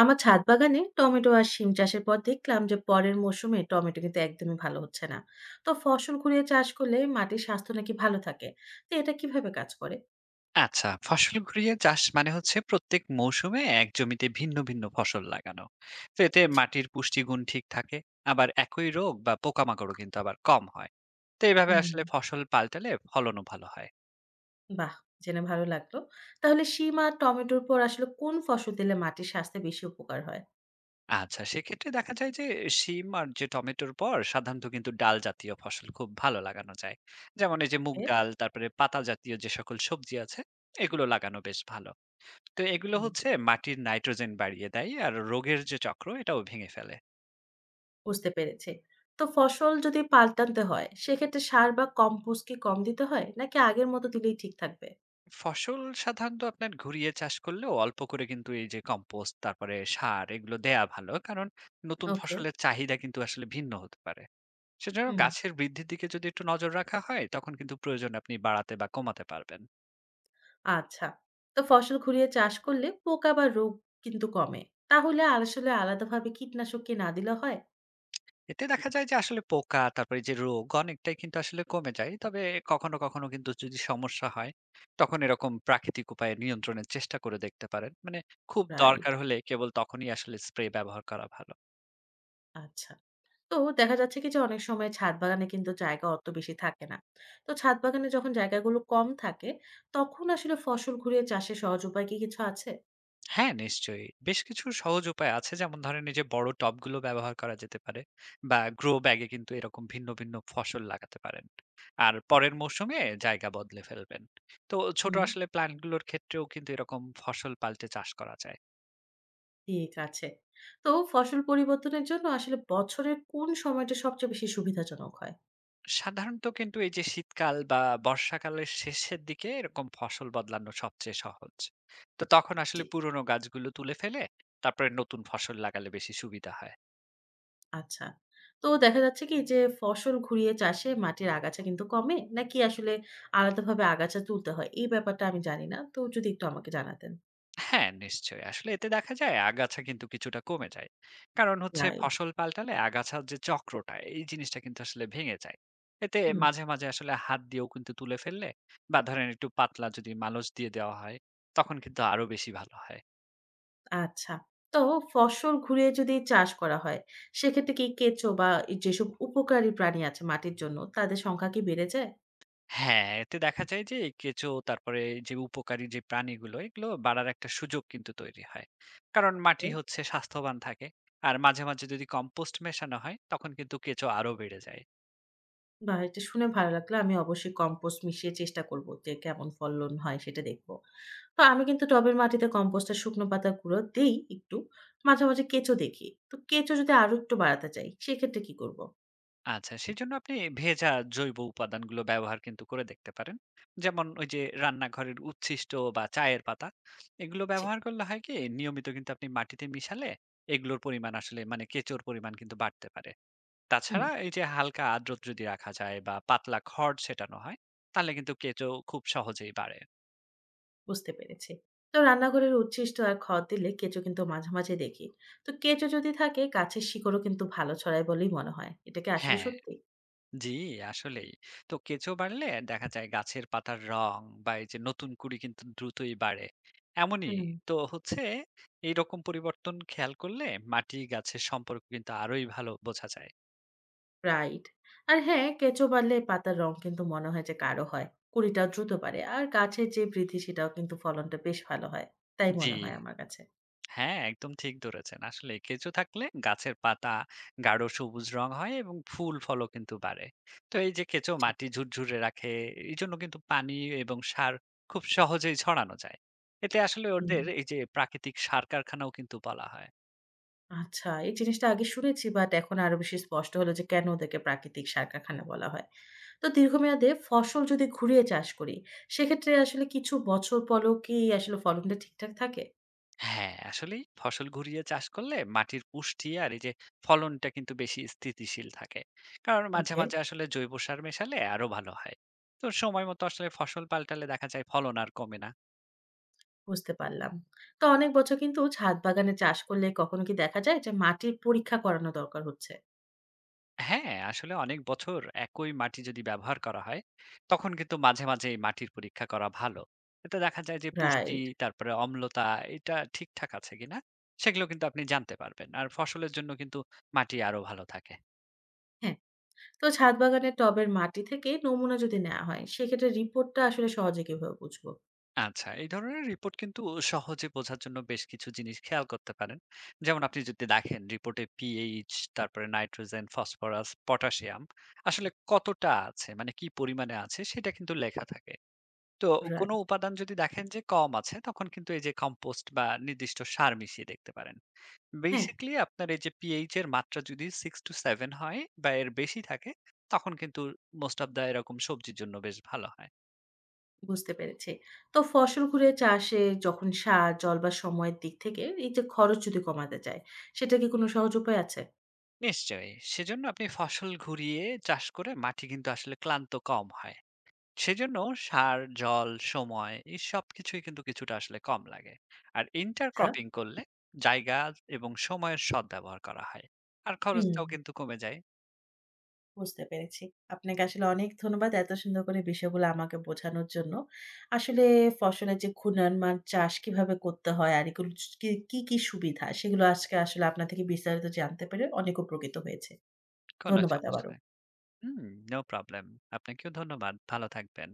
আমার ছাদ বাগানে টমেটো আর শিম চাষের পর দেখলাম যে পরের মৌসুমে টমেটো কিন্তু একদমই ভালো হচ্ছে না। তো ফসল ঘুরিয়ে চাষ করলে মাটির স্বাস্থ্য নাকি ভালো থাকে। তো এটা কিভাবে কাজ করে? আচ্ছা, ফসল ঘুরিয়ে চাষ মানে হচ্ছে প্রত্যেক মৌসুমে এক জমিতে ভিন্ন ভিন্ন ফসল লাগানো। তো এতে জি। মাটির পুষ্টিগুণ ঠিক থাকে, আবার একই রোগ বা পোকামাকড়ও কিন্তু আবার কম হয়। তো এভাবে হুম। আসলে ফসল পাল্টালে ফলনও ভালো হয়। বাহ। জেনে ভালো লাগলো। তাহলে শিম আর টমেটোর পর আসলে কোন ফসল দিলে মাটির স্বাস্থ্যে বেশি উপকার হয়? আচ্ছা, সেক্ষেত্রে দেখা যায় যে শিম আর যে টমেটোর পর সাধারণত কিন্তু ডাল জাতীয় ফসল খুব ভালো লাগানো যায়। যেমন এই যে মুগ এ, ডাল, তারপরে পাতা জাতীয় যে সকল সবজি আছে এগুলো লাগানো বেশ ভালো। তো এগুলো হুম, হচ্ছে মাটির নাইট্রোজেন বাড়িয়ে দেয় আর রোগের যে চক্র এটাও ভেঙে ফেলে। বুঝতে পেরেছি। তো ফসল যদি পাল্টাতে হয় সেক্ষেত্রে সার বা কম্পোস্ট কি কম দিতে হয় নাকি আগের মতো দিলেই ঠিক থাকবে? ফসল সাধারণত আপনার ঘুরিয়ে চাষ করলেও অল্প করে কিন্তু এই যে কম্পোস্ট তারপরে সার এগুলো দেয়া ভালো কারণ নতুন ওকে। ফসলের চাহিদা কিন্তু আসলে ভিন্ন হতে পারে। সেজন্য হুম। গাছের বৃদ্ধির দিকে যদি একটু নজর রাখা হয় তখন কিন্তু প্রয়োজন আপনি বাড়াতে বা কমাতে পারবেন। আচ্ছা। তো ফসল ঘুরিয়ে চাষ করলে পোকা বা রোগ কিন্তু কমে। তাহলে আসলে আলাদাভাবে কীটনাশক কি না দিলেও হয়? এতে দেখা যায় যে আসলে পোকা তারপরে যে রোগ অনেকটাই কিন্তু আসলে কমে যায়, তবে কখনো কখনো কিন্তু যদি সমস্যা হয় তখন এরকম প্রাকৃতিক উপায়ে নিয়ন্ত্রণের চেষ্টা করে দেখতে পারেন, মানে খুব রাইট, দরকার হলে কেবল তখনই আসলে স্প্রে ব্যবহার করা ভালো। আচ্ছা। তো দেখা যাচ্ছে কি যে অনেক সময় ছাদ বাগানে কিন্তু জায়গা অত বেশি থাকে না। তো ছাদ বাগানে যখন জায়গাগুলো কম থাকে তখন আসলে ফসল ঘুরিয়ে চাষের সহজ উপায় কি কিছু আছে? হ্যাঁ, নিশ্চয়ই। বেশ কিছু সহজ উপায় আছে। যেমন ধরেন এই যে বড় টবগুলো ব্যবহার করা যেতে পারে বা গ্রো ব্যাগে কিন্তু এরকম ভিন্ন ভিন্ন ফসল লাগাতে পারেন। আর পরের মৌসুমে জায়গা বদলে ফেলবেন। তো ছোট হুম, আসলে প্ল্যান্টগুলোর ক্ষেত্রেও কিন্তু এরকম ফসল পাল্টে চাষ করা যায়। ঠিক আছে। তো ফসল পরিবর্তনের জন্য আসলে বছরের কোন সময়টা সবচেয়ে বেশি সুবিধাজনক হয়? সাধারণত কিন্তু এই যে শীতকাল বা বর্ষাকালের শেষের দিকে এরকম ফসল বদলানো সবচেয়ে সহজ। তো তখন জি। আসলে পুরনো গাছগুলো তুলে ফেলে তারপরে নতুন ফসল লাগালে বেশি সুবিধা হয়। আচ্ছা। তো দেখা যাচ্ছে কি যে ফসল ঘুরিয়ে চাষে মাটির আগাছা কিন্তু কমে নাকি আসলে আলাদাভাবে আগাছা তুলতে হয়? এই ব্যাপারটা আমি জানি না। তো যদি একটু আমাকে জানাতেন। হ্যাঁ, নিশ্চয়ই। আসলে এতে দেখা যায় আগাছা কিন্তু কিছুটা কমে যায়। কারণ হচ্ছে রাইট। ফসল পাল্টালে আগাছার যে চক্রটা, এই জিনিসটা কিন্তু আসলে ভেঙে যায়। এতে হুম, মাঝে, মাঝে আসলে হাত দিয়েও কিন্তু তুলে ফেললে বা ধরেন একটু পাতলা যদি মালচ দিয়ে দেওয়া হয়, তখন কিন্তু আরো বেশি ভালো হয়। আচ্ছা। তো ফসল ঘুরিয়ে যদি চাষ করা হয় সেক্ষেত্রে কি কেঁচো বা এই যেসব উপকারী প্রাণী আছে মাটির জন্য তাদের সংখ্যা কি বেড়ে যায়? হ্যাঁ, এতে দেখা যায় যে এই কেঁচো তারপরে এই যে উপকারী যে প্রাণীগুলো, এগুলো বাড়ার একটা সুযোগ কিন্তু তৈরি হয়। কারণ মাটি হচ্ছে স্বাস্থ্যবান থাকে। আর মাঝে, মাঝে যদি কম্পোস্ট মেশানো হয়, তখন কিন্তু কেঁচো আরো বেড়ে যায়। বাহ! এটা শুনে ভালো লাগলো। আমি অবশ্যই কম্পোস্ট মিশিয়ে চেষ্টা করব যে কেমন ফলন হয় সেটা দেখব। তো আমি কিন্তু টবের মাটিতে কম্পোস্ট আর শুকনো পাতার গুঁড়ো দেই একটু। মাঝে, মাঝে কেঁচো দেখি। তো কেঁচো যদি আরো একটু বাড়াতে চাই সেক্ষেত্রে কি করব? আচ্ছা সেজন্য আপনি ভেজা জৈব উপাদানগুলো ব্যবহার কিন্তু করে দেখতে পারেন, যেমন ওই যে রান্নাঘরের উচ্ছিষ্ট বা চায়ের পাতা এগুলো জি, ব্যবহার করলে হয় কি, নিয়মিত কিন্তু আপনি মাটিতে মিশালে এগুলোর পরিমাণ আসলে মানে কেঁচোর পরিমাণ কিন্তু বাড়তে পারে। হুম, তাছাড়া এই যে হালকা আর্দ্র যদি রাখা যায় বা পাতলা খড় ছেটানো হয়, তাহলে কিন্তু কেঁচো খুব সহজেই বাড়ে। বুঝতে পেরেছি। তো রান্নাঘরের উচ্ছিষ্ট আর খড় দিলে কেঁচো কিন্তু মাঝে, মাঝে দেখি। তো কেঁচো যদি থাকে গাছের শিকড়ও কিন্তু ভালো ছড়ায় বলেই মনে হয়। এটা কি আসলে হ্যাঁ সত্যি? জি, আসলেই। তো কেঁচো বাড়লে দেখা যায় গাছের পাতার রং বা এই যে নতুন কুড়ি কিন্তু দ্রুতই বাড়ে। এমনই হুম। তো হচ্ছে, এইরকম পরিবর্তন খেয়াল করলে মাটি গাছের সম্পর্ক কিন্তু আরোই ভালো বোঝা যায়। রাইট। আর হ্যাঁ, কেঁচো বাড়লে পাতার রং কিন্তু মনে হয় যে গাঢ় হয়। কুঁড়িটাও দ্রুত বাড়ে। আর গাছের যে বৃদ্ধি সেটাও কিন্তু ফলনটা বেশ ভালো হয়। তাই জি। মনে হয় আমার কাছে। হ্যাঁ, একদম ঠিক ধরেছেন। আসলে কেঁচো থাকলে গাছের পাতা গাঢ় সবুজ রং হয় এবং ফুল ফলও কিন্তু বাড়ে। তো এই যে কেঁচো জি। মাটি ঝুরঝুরে রাখে, এইজন্য কিন্তু পানি এবং সার খুব সহজেই ছড়ানো যায়। এতে আসলে হুম। ওদের এই যে প্রাকৃতিক সার কারখানাও কিন্তু বলা হয়। আচ্ছা এই জিনিসটা আগে শুনেছি বাট এখন আরো বেশি স্পষ্ট হলো যে কেন ওদেরকে প্রাকৃতিক সার কারখানা বলা হয়। তো দীর্ঘমেয়াদে ফসল যদি ঘুরিয়ে চাষ করি, সেক্ষেত্রে আসলে কিছু বছর পরেও কি আসলে ফলনটা ঠিকঠাক থাকে? হ্যাঁ, আসলেই ফসল ঘুরিয়ে চাষ করলে মাটির পুষ্টি আর এই যে ফলনটা কিন্তু বেশি স্থিতিশীল থাকে। কারণ মাঝে, ওকে, মাঝে আসলে জৈব সার মেশালে আরো ভালো হয়। তো সময় মতো আসলে ফসল পাল্টালে দেখা যায় ফলন আর কমে না। বুঝতে পারলাম। তো অনেক বছর কিন্তু ছাদ বাগানে চাষ করলে কখনো কি দেখা যায় যে মাটির পরীক্ষা করানো দরকার হচ্ছে? হ্যাঁ, আসলে অনেক বছর একই মাটি যদি ব্যবহার করা হয়, তখন কিন্তু মাঝে, মাঝে এই মাটির পরীক্ষা করা ভালো। এতে দেখা যায় যে পুষ্টি, রাইট। তারপরে অম্লতা এটা ঠিকঠাক আছে কিনা, সেগুলো কিন্তু আপনি জানতে পারবেন। আর ফসলের জন্য কিন্তু মাটি আরো ভালো থাকে। হ্যাঁ, তো ছাদ বাগানের টবের মাটি থেকে নমুনা যদি নেওয়া হয়, সেক্ষেত্রে রিপোর্টটা আসলে সহজে কিভাবে বুঝবো? আচ্ছা, এই ধরনের রিপোর্ট কিন্তু সহজে বোঝার জন্য বেশ কিছু জিনিস খেয়াল করতে পারেন। যেমন আপনি যদি দেখেন রিপোর্টে পিএইচ, তারপরে নাইট্রোজেন, ফসফরাস, পটাশিয়াম আসলে কতটা আছে, মানে কি পরিমাণে আছে সেটা কিন্তু লেখা থাকে। তো রাইট। কোনো উপাদান যদি দেখেন যে কম আছে তখন কিন্তু এই যে কম্পোস্ট বা নির্দিষ্ট সার মিশিয়ে দেখতে পারেন। হ্যাঁ, বেসিক্যালি আপনার এই যে পিএইচ এর মাত্রা যদি 6-7 হয় বা এর বেশি থাকে তখন কিন্তু মোস্ট অফ দা এরকম সবজির জন্য বেশ ভালো হয়। বুঝতে পেরেছি। তো ফসল ঘুরে চাষে যখন সার, জল বা সময়ের দিক থেকে এই যে খরচ যদি কমাতে চায়, সেটা কি কোনো সহজ উপায় আছে? নিশ্চয়ই। সেজন্য আপনি ফসল ঘুরিয়ে চাষ করে মাটি কিন্তু আসলে ক্লান্ত কম হয়। সেজন্য সার, জল, সময় এই সবকিছুই কিন্তু কিছুটা আসলে কম লাগে। আর আচ্ছা। ইন্টারক্রপিং করলে জায়গা এবং সময়ের সদ্ব্যবহার করা হয়। আর হুম। খরচটাও কিন্তু কমে যায়। বুঝতে পেরেছি। আপনাকে আসলে অনেক ধন্যবাদ এত সুন্দর করে বিষয়গুলো আমাকে বোঝানোর জন্য। আসলে ফসলের যে ঘূর্ণয়মান চাষ কিভাবে করতে হয় আর এগুলো স কি সুবিধা সেগুলো আজকে আসলে আপনার থেকে বিস্তারিত জানতে পেরে অনেক উপকৃত হয়েছি। কোনো ধন্যবাদ সমস্যা আবারও। নাই। হুম, নো প্রবলেম। আপনাকেও ধন্যবাদ। ভালো থাকবেন।